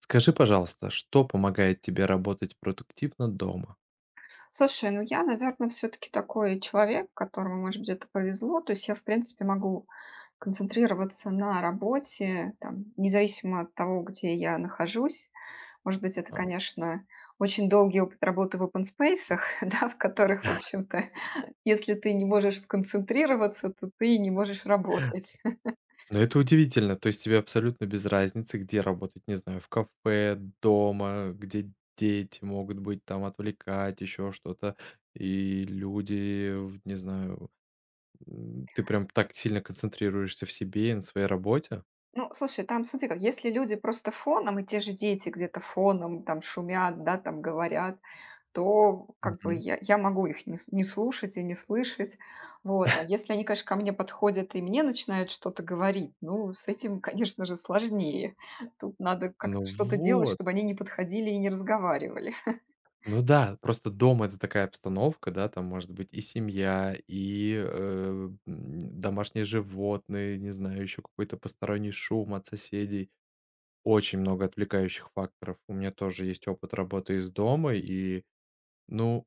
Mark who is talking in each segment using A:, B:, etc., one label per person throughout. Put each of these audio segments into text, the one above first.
A: Скажи, пожалуйста, что помогает тебе работать продуктивно дома?
B: Слушай, ну я, наверное, все-таки такой человек, которому, может быть, это повезло. То есть я, в принципе, могу концентрироваться на работе, там, независимо от того, где я нахожусь. Может быть, это,
A: А,
B: конечно, очень долгий опыт работы в open space, да, в которых, в общем-то, если ты не можешь сконцентрироваться, то ты не можешь работать.
A: ну, это удивительно. То есть тебе абсолютно без разницы, где работать, не знаю, в кафе, дома, где дети могут быть, там отвлекать, еще что-то, и люди, не знаю, ты прям так сильно концентрируешься в себе и на своей работе?
B: Ну, слушай, там, смотри, как если люди просто фоном, и те же дети где-то фоном там шумят, да, там говорят, то как бы
A: Мгм.
B: я могу их не слушать и не слышать. Вот. А если они, конечно, ко мне подходят и мне начинают что-то говорить, ну, с этим, конечно же, сложнее. Тут надо как-то
A: Ну
B: что-то делать,
A: вот.
B: чтобы они не подходили и не разговаривали.
A: Ну да, просто это такая обстановка, да, там может быть и семья, и домашние животные, не знаю, еще какой-то посторонний шум от соседей. Очень много отвлекающих факторов. У меня тоже есть опыт работы из дома, и, ну,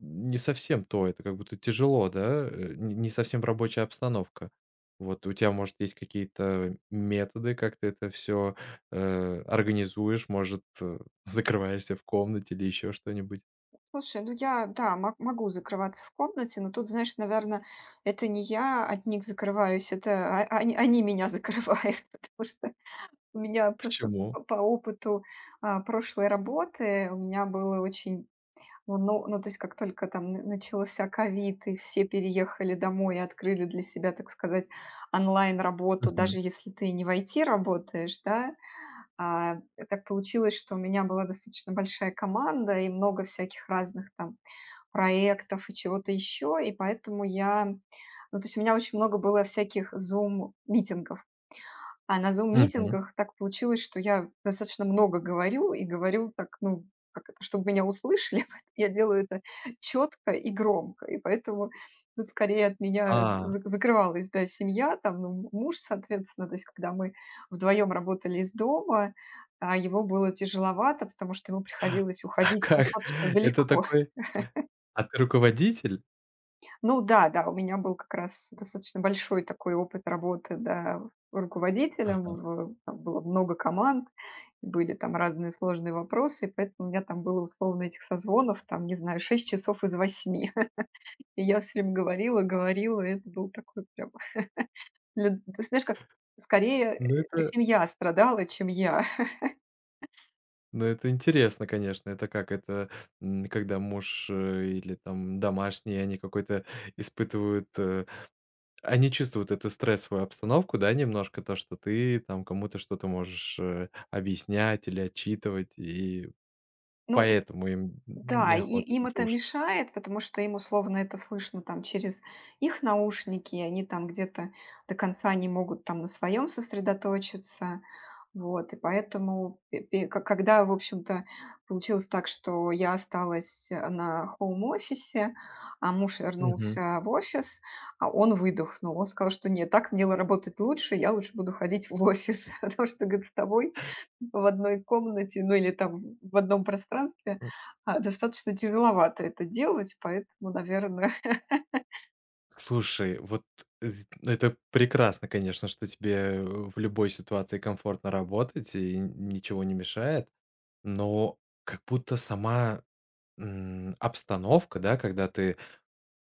A: не совсем то, это как будто тяжело, да, н не совсем рабочая обстановка. Вот у тебя может, есть какие-то методы, как ты это все организуешь, закрываешься в комнате или еще что-нибудь?
B: Слушай, ну я, да, мо могу закрываться в комнате, но тут, знаешь, наверное, это не я от них закрываюсь, это они меня закрывают, потому что у меня просто
A: Почему?
B: по опыту, прошлой работы у меня было очень. Ну, то есть, как только там н начался ковид, и все переехали домой и открыли для себя, так сказать, онлайн-работу,
A: Мгм.
B: даже если ты не в IT работаешь, да. А, так получилось, что у меня была достаточно большая команда и много всяких разных там проектов и чего-то еще, и поэтому я ну, то есть у меня очень много было всяких Zoom митингов. А на
A: Мгм.
B: зум-митингах так получилось, что я достаточно много говорю и говорю так, ну, как это, чтобы меня услышали. Я делаю это четко и громко. И поэтому тут скорее от меня
A: А,
B: закрывалась, да, семья, там, ну, муж, соответственно. То есть когда мы вдвоем работали из дома, его было тяжеловато, потому что ему приходилось
A: а
B: уходить
A: как?
B: достаточно
A: Это
B: далеко.
A: такой а ты руководитель?
B: Ну да, да, у меня был как раз достаточно большой такой опыт работы, да, руководителем.
A: Ага.
B: В Там было много команд, были там разные сложные вопросы, и поэтому у меня там было условно этих созвонов, там, не знаю, 6 часов из 8. И я все время говорила, говорила, и это был такой прям, ты знаешь, как скорее
A: Ну это
B: семья страдала, чем я.
A: ну это интересно, конечно. Это как? Когда муж, или там домашние, они какой-то испытывают, они чувствуют эту стрессовую обстановку, да, немножко то, что ты там кому-то что-то можешь, объяснять или отчитывать, и
B: Ну,
A: поэтому им
B: да, и
A: неохота это
B: им это
A: слушать.
B: мешает, потому что им условно это слышно там через их наушники, и они там где-то до конца не могут там на своем сосредоточиться. Вот, и поэтому, когда, в общем-то, получилось так, что я осталась на хоум-офисе, а муж
A: Мгм.
B: вернулся в офис, а он выдохнул. Он сказал, что нет, так мне работать лучше, я лучше буду ходить в офис, потому что, говорит, с тобой в одной комнате, ну или там в одном пространстве, достаточно тяжеловато это делать, поэтому, наверное.
A: Слушай, вот з ну, это прекрасно, конечно, что тебе в любой ситуации комфортно работать и ничего не мешает, но как будто сама обстановка, да, когда ты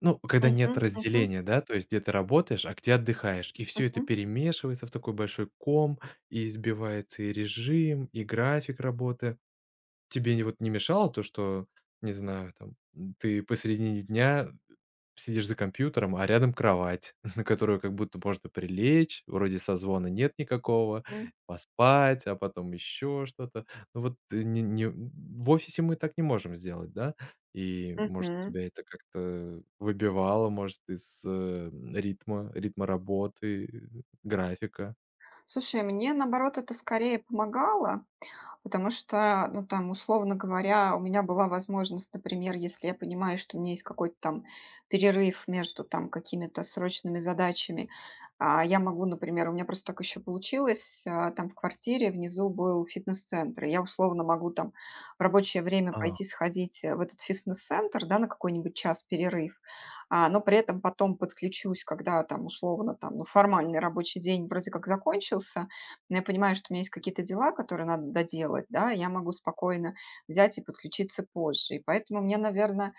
A: ну, когда
B: Мгм,
A: нет
B: мгм,
A: разделения, да, то есть где ты работаешь, а где отдыхаешь, и все это
B: мгм,
A: перемешивается в такой большой ком, и сбивается и режим, и график работы. Тебе не вот не мешало то, что, не знаю, ты посередине дня сидишь за компьютером, а рядом кровать, на которую как будто можно прилечь, вроде созвона нет никакого,
B: м,
A: поспать, а потом еще что-то. Ну вот, не не в офисе мы так не можем сделать, да? Может,
B: мгм.
A: тебя это как-то выбивало, может, из ритма работы, графика?
B: Слушай, мне, наоборот, это скорее помогало. Потому что, ну, там, условно говоря, у меня была возможность, например, если я понимаю, что у меня есть какой-то там перерыв между там какими-то срочными задачами, я могу, например, у меня просто так еще получилось, там в квартире внизу был фитнес-центр, и я условно могу там в рабочее время
A: А.
B: пойти сходить в этот фитнес-центр, да, на какой-нибудь час перерыв, но при этом потом подключусь, когда там условно там, ну, формальный рабочий день вроде как закончился, но я понимаю, что у меня есть какие-то дела, которые надо доделать, да, я могу спокойно взять и подключиться позже. И поэтому мне, наверное,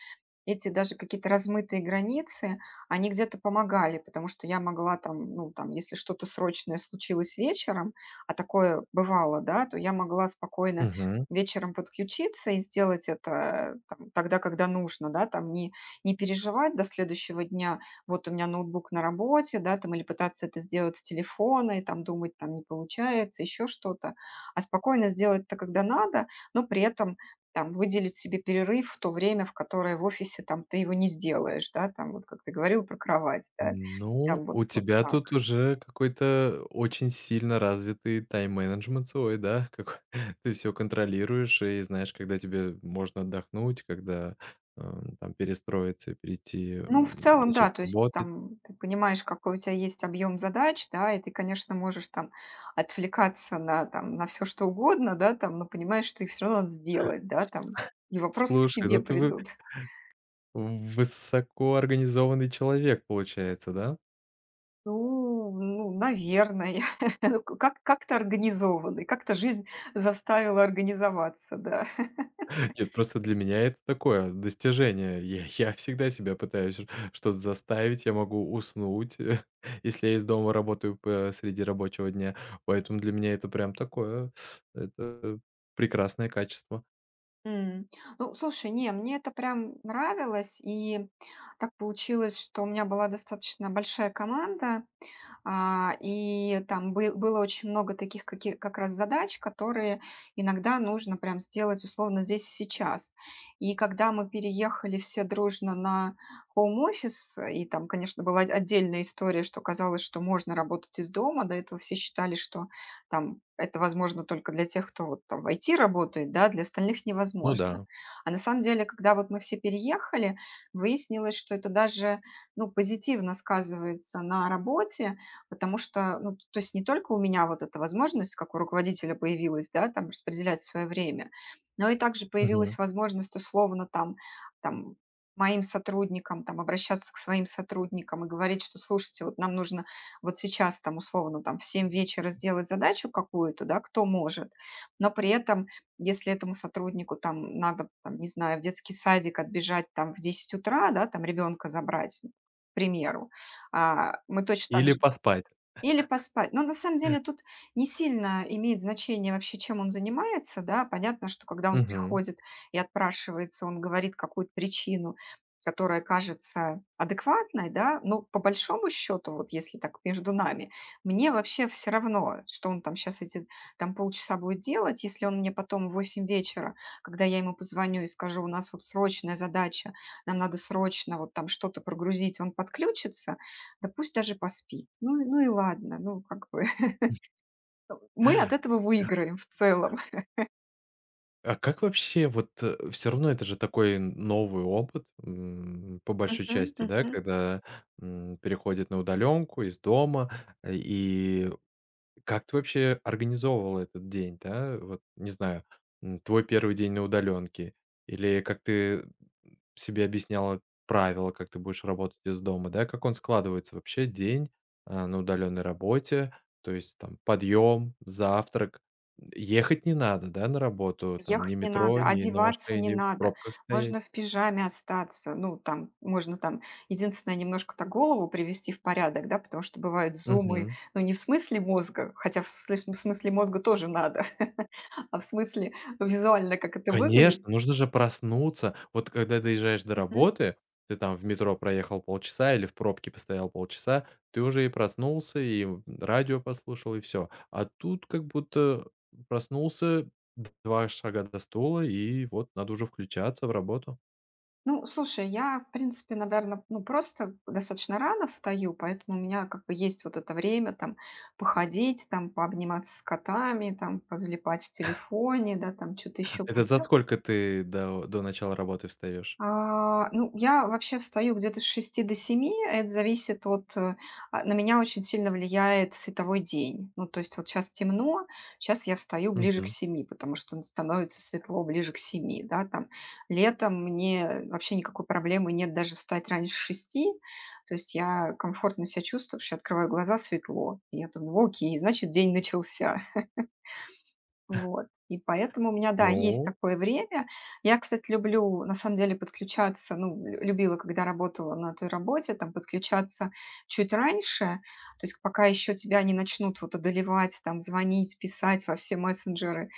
B: эти даже какие-то размытые границы, они где-то помогали, потому что я могла там, ну, там, если что-то срочное случилось вечером, а такое бывало, да, то я могла спокойно вечером подключиться и сделать это там, тогда, когда нужно, да, там не переживать до следующего дня, вот у меня ноутбук на работе, да, там, или пытаться это сделать с телефона, и там думать, там, не получается, еще что-то, а спокойно сделать это, когда надо, но при этом там выделить себе перерыв в то время, в которое в офисе там ты его не сделаешь, да, там вот как ты говорил про кровать, да, там
A: Ну,
B: вот,
A: у
B: вот
A: тебя
B: так.
A: тут уже какой-то очень сильно развитый тайм-менеджмент свой, да? Как ты все контролируешь и знаешь, когда тебе можно отдохнуть, когда там перестроиться перейти,
B: Ну, в целом, да,
A: начать
B: то есть
A: работать.
B: там ты понимаешь, какой у тебя есть объем задач, да, и ты, конечно, можешь там отвлекаться на, там, на все что угодно, да, там, но понимаешь, что их все равно надо сделать, да, там, и
A: С
B: вопросы к
A: слушай,
B: тебе
A: ну ты вы
B: придут.
A: высокоорганизованный человек, получается, да?
B: Ну, наверное. Ну, как, как-то организованный, как-то жизнь заставила организоваться, да.
A: Нет, просто для меня это такое достижение. Я всегда себя пытаюсь ш что-то заставить. Я могу уснуть, если я из дома работаю среди рабочего дня. Поэтому для меня это прям такое, это прекрасное качество.
B: М. Ну, слушай, не, мне это прям нравилось, и так получилось, что у меня была достаточно большая команда. И там бы было очень много таких как раз задач, которые иногда нужно прям сделать условно здесь и сейчас. И когда мы переехали все дружно на хоум-офис, и там, конечно, была отдельная история, что казалось, что можно работать из дома. До этого все считали, что там это возможно только для тех, кто вот там в IT работает, да, для остальных
A: Ну
B: невозможно.
A: да.
B: А на самом деле, когда вот мы все переехали, выяснилось, что это даже, ну, позитивно сказывается на работе, потому что, ну, то есть не только у меня вот эта возможность, как у руководителя, появилась, да, там распределять свое время, но и также
A: Мгм.
B: появилась возможность условно там, там моим сотрудникам, там, обращаться к своим сотрудникам и говорить, что, слушайте, вот нам нужно вот сейчас там условно там в 7 вечера сделать задачу какую-то, да, кто может, но при этом, если этому сотруднику там надо, там, не знаю, в детский садик отбежать там в 10 утра, да, там ребенка забрать, к примеру, мы точно так
A: Или поспать.
B: или поспать. Но на самом деле тут не сильно имеет значение вообще, чем он занимается, да. Понятно, что когда он
A: Мгм.
B: приходит и отпрашивается, он говорит какую-то причину, которая кажется адекватной, да. Но по большому счету, вот если так между нами, мне вообще все равно, что он там сейчас эти там полчаса будет делать, если он мне потом в 8 вечера, когда я ему позвоню и скажу, у нас вот срочная задача, нам надо срочно вот там что-то прогрузить, он подключится, да пусть даже поспит. Ну и ладно, ну как бы мы от этого выиграем в целом.
A: А как вообще вот, все равно это же такой новый опыт, по большой
B: Мгм,
A: части, да,
B: мгм.
A: когда, переходит на удаленку из дома, и как ты вообще организовывала этот день, да? Вот, не знаю, твой первый день на удаленке или как ты себе объясняла правила, как ты будешь работать из дома, да? Как он складывается вообще день, на удаленной работе? То есть там подъем, завтрак. Ехать не надо, да, на работу, там
B: Ехать
A: ни
B: не
A: метро,
B: надо,
A: ни на
B: одеваться не
A: машине в
B: надо.
A: пробках стоять.
B: Можно в пижаме остаться. Ну, там можно там единственное немножко то голову привести в порядок, да, потому что бывают зумы, ну, не в смысле мозга, хотя в смысле мозга тоже надо, а в смысле визуально, как это выглядит.
A: Конечно, нужно же проснуться. Вот когда доезжаешь до работы, ты там в метро проехал полчаса или в пробке постоял полчаса, ты уже и проснулся, и радио послушал, и все. А тут как будто проснулся, 2 шага до стула, и вот надо уже включаться в работу.
B: Ну, слушай, я, в принципе, наверное, ну, просто достаточно рано встаю, поэтому у меня как бы есть вот это время там походить, там пообниматься с котами, там позалипать в телефоне, да, там что-то еще
A: Это за
B: поделать.
A: сколько ты до начала работы встаешь?
B: Ну, я вообще встаю где-то с 6 до 7. Это зависит от на меня очень сильно влияет световой день. Ну, то есть вот сейчас темно, сейчас я встаю ближе к
A: Мгм.
B: 7, потому что н становится светло ближе к 7, да, там. Летом мне вообще никакой проблемы нет даже встать раньше 6. То есть я комфортно себя чувствую, потому что я открываю глаза, светло. И я думаю: "Окей, значит, день начался". Вот. И поэтому у меня, да, есть
A: Ну,
B: такое время. Я, кстати, люблю, на самом деле, подключаться, ну, любила, когда работала на той работе, там, подключаться чуть раньше, то есть пока еще тебя не начнут вот одолевать, там, звонить, писать во все мессенджеры,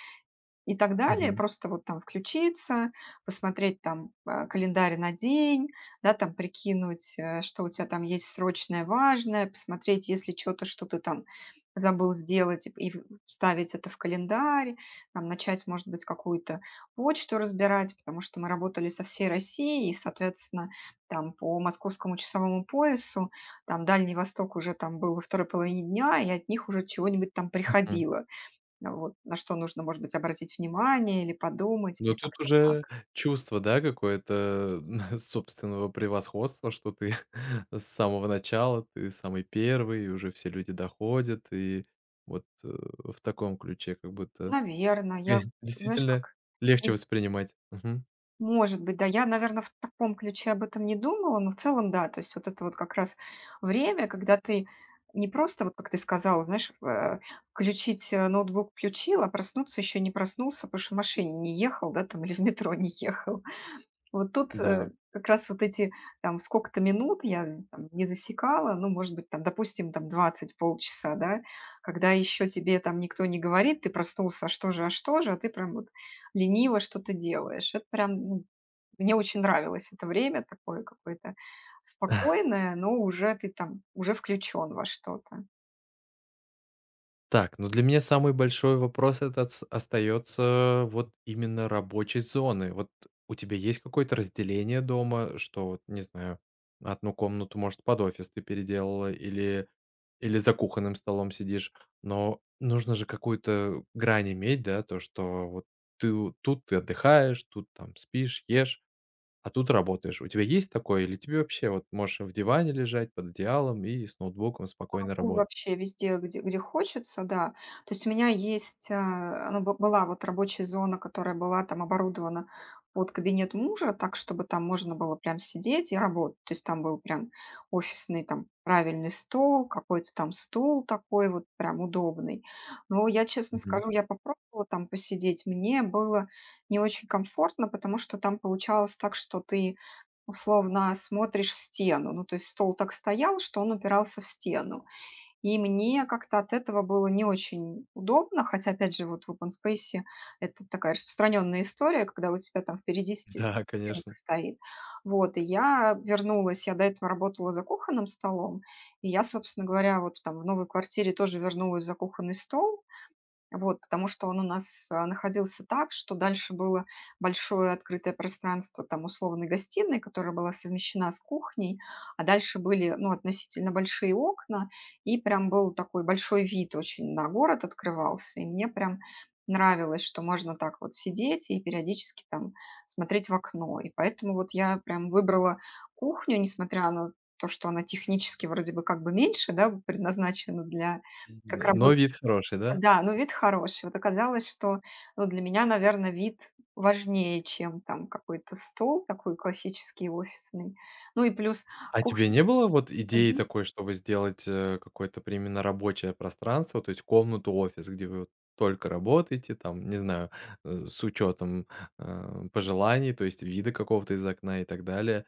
B: и так далее.
A: мгм,
B: Просто вот там включиться, посмотреть там календарь на день, да, там прикинуть, что у тебя там есть срочное, важное, посмотреть, если что-то, что ты там забыл сделать, и вставить это в календарь, там, начать, может быть, какую-то почту разбирать, потому что мы работали со всей Россией, и, соответственно, там по московскому часовому поясу, там Дальний Восток уже там был во второй половине дня, и от них уже чего-нибудь там
A: мгм.
B: приходило. А вот на что нужно, может быть, обратить внимание или подумать, или
A: Но тут
B: как-то
A: уже
B: так.
A: чувство, да, какое-то собственного превосходства, что ты с самого начала, ты самый первый, и уже все люди доходят, и вот, в таком ключе как будто
B: Наверное, я, знаешь,
A: действительно
B: как
A: легче
B: не
A: воспринимать. Мгм.
B: может быть, да, я, наверное, в таком ключе об этом не думала, но в целом да. То есть вот это вот как раз время, когда ты не просто, вот как ты сказала, знаешь, включить, ноутбук включил, а проснуться еще не проснулся, потому что в машине не ехал, да, там или в метро не ехал. Вот тут,
A: Да.
B: как раз вот эти, там, сколько-то минут я, там, не засекала, ну, может быть, там, допустим, там 20 полчаса, да, когда еще тебе там никто не говорит, ты проснулся, а что же, а что же, а ты прям вот лениво что-то делаешь. Это прям, ну, мне очень нравилось это время такое какое-то спокойное, но уже ты там, уже включен во что-то.
A: Так, ну, для меня самый большой вопрос это отс остается вот именно рабочей зоны. Вот у тебя есть какое-то разделение дома, что вот, не знаю, одну комнату, может, под офис ты переделала или или за кухонным столом сидишь. Но нужно же какую-то грань иметь, да, то, что вот ты у тут ты отдыхаешь, тут там спишь, ешь, а тут работаешь. У тебя есть такое или тебе вообще вот можешь в диване лежать под одеялом и с ноутбуком спокойно
B: Могу
A: работать?
B: вообще везде, где хочется, да. То есть у меня есть, ну, бы была вот рабочая зона, которая была там оборудована под кабинет мужа, так, чтобы там можно было прям сидеть и работать. То есть там был прям офисный там правильный стол, какой-то там стул такой вот прям удобный. Но я, честно
A: Мгм.
B: скажу, я попробовала там посидеть, мне было не очень комфортно, потому что там получалось так, что ты условно смотришь в стену. Ну, то есть стол так стоял, что он упирался в стену. И мне как-то от этого было не очень удобно, хотя, опять же, вот в open space это такая распространенная история, когда у тебя там впереди
A: Да,
B: стенка
A: конечно.
B: стоит. Вот, и я вернулась, я до этого работала за кухонным столом, и я, собственно говоря, вот там в новой квартире тоже вернулась за кухонный стол, вот, потому что он у нас, находился так, что дальше было большое открытое пространство, там, условной гостиной, которая была совмещена с кухней, а дальше были, ну, относительно большие окна, и прям был такой большой вид очень на город открывался. И мне прям нравилось, что можно так вот сидеть и периодически там смотреть в окно. И поэтому вот я прям выбрала кухню, несмотря на то, что она технически вроде бы как бы меньше, да, предназначена для как
A: Н но
B: работы.
A: вид хороший, да?
B: Да, ну вид хороший. Вот оказалось, что, ну, для меня, наверное, вид важнее, чем там какой-то стол такой классический офисный. Ну и плюс
A: А тебе
B: кухня.
A: не было вот идеи
B: Мгм.
A: такой, чтобы сделать, какое-то прям именно рабочее пространство, то есть комнату-офис, где вы вот только работаете, там, не знаю, с учетом пожеланий, то есть вида какого-то из окна и так далее.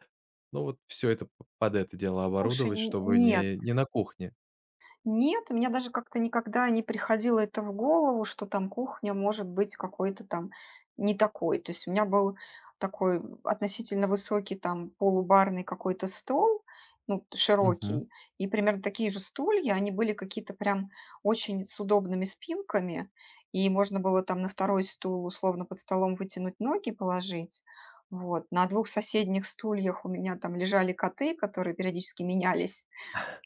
A: Ну, вот все это п под это дело
B: Слушай,
A: оборудовать,
B: н
A: чтобы
B: нет,
A: не не на кухне.
B: нет, мне даже как-то никогда не приходило это в голову, что там кухня может быть какой-то там не такой. То есть у меня был такой относительно высокий там полубарный какой-то стол, ну,
A: Мгм.
B: широкий, и примерно такие же стулья, они были какие-то прям очень с удобными спинками, и можно было там на второй стул условно под столом вытянуть ноги, положить. Вот. На двух соседних стульях у меня там лежали коты, которые периодически менялись,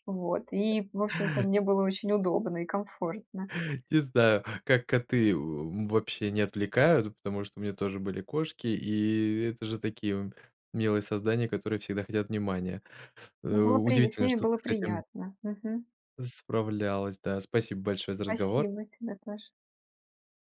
B: вот. И, в общем-то, мне было очень удобно и комфортно.
A: Не знаю, как коты, вообще не отвлекают, потому что у меня тоже были кошки, и это же такие, милые создания, которые всегда хотят внимания.
B: Ну, было при с
A: Удивительно,
B: ними
A: что ты
B: было
A: с этим
B: приятно. Мгм.
A: справлялась, да. Спасибо большое за разговор.
B: Спасибо, тебе тоже.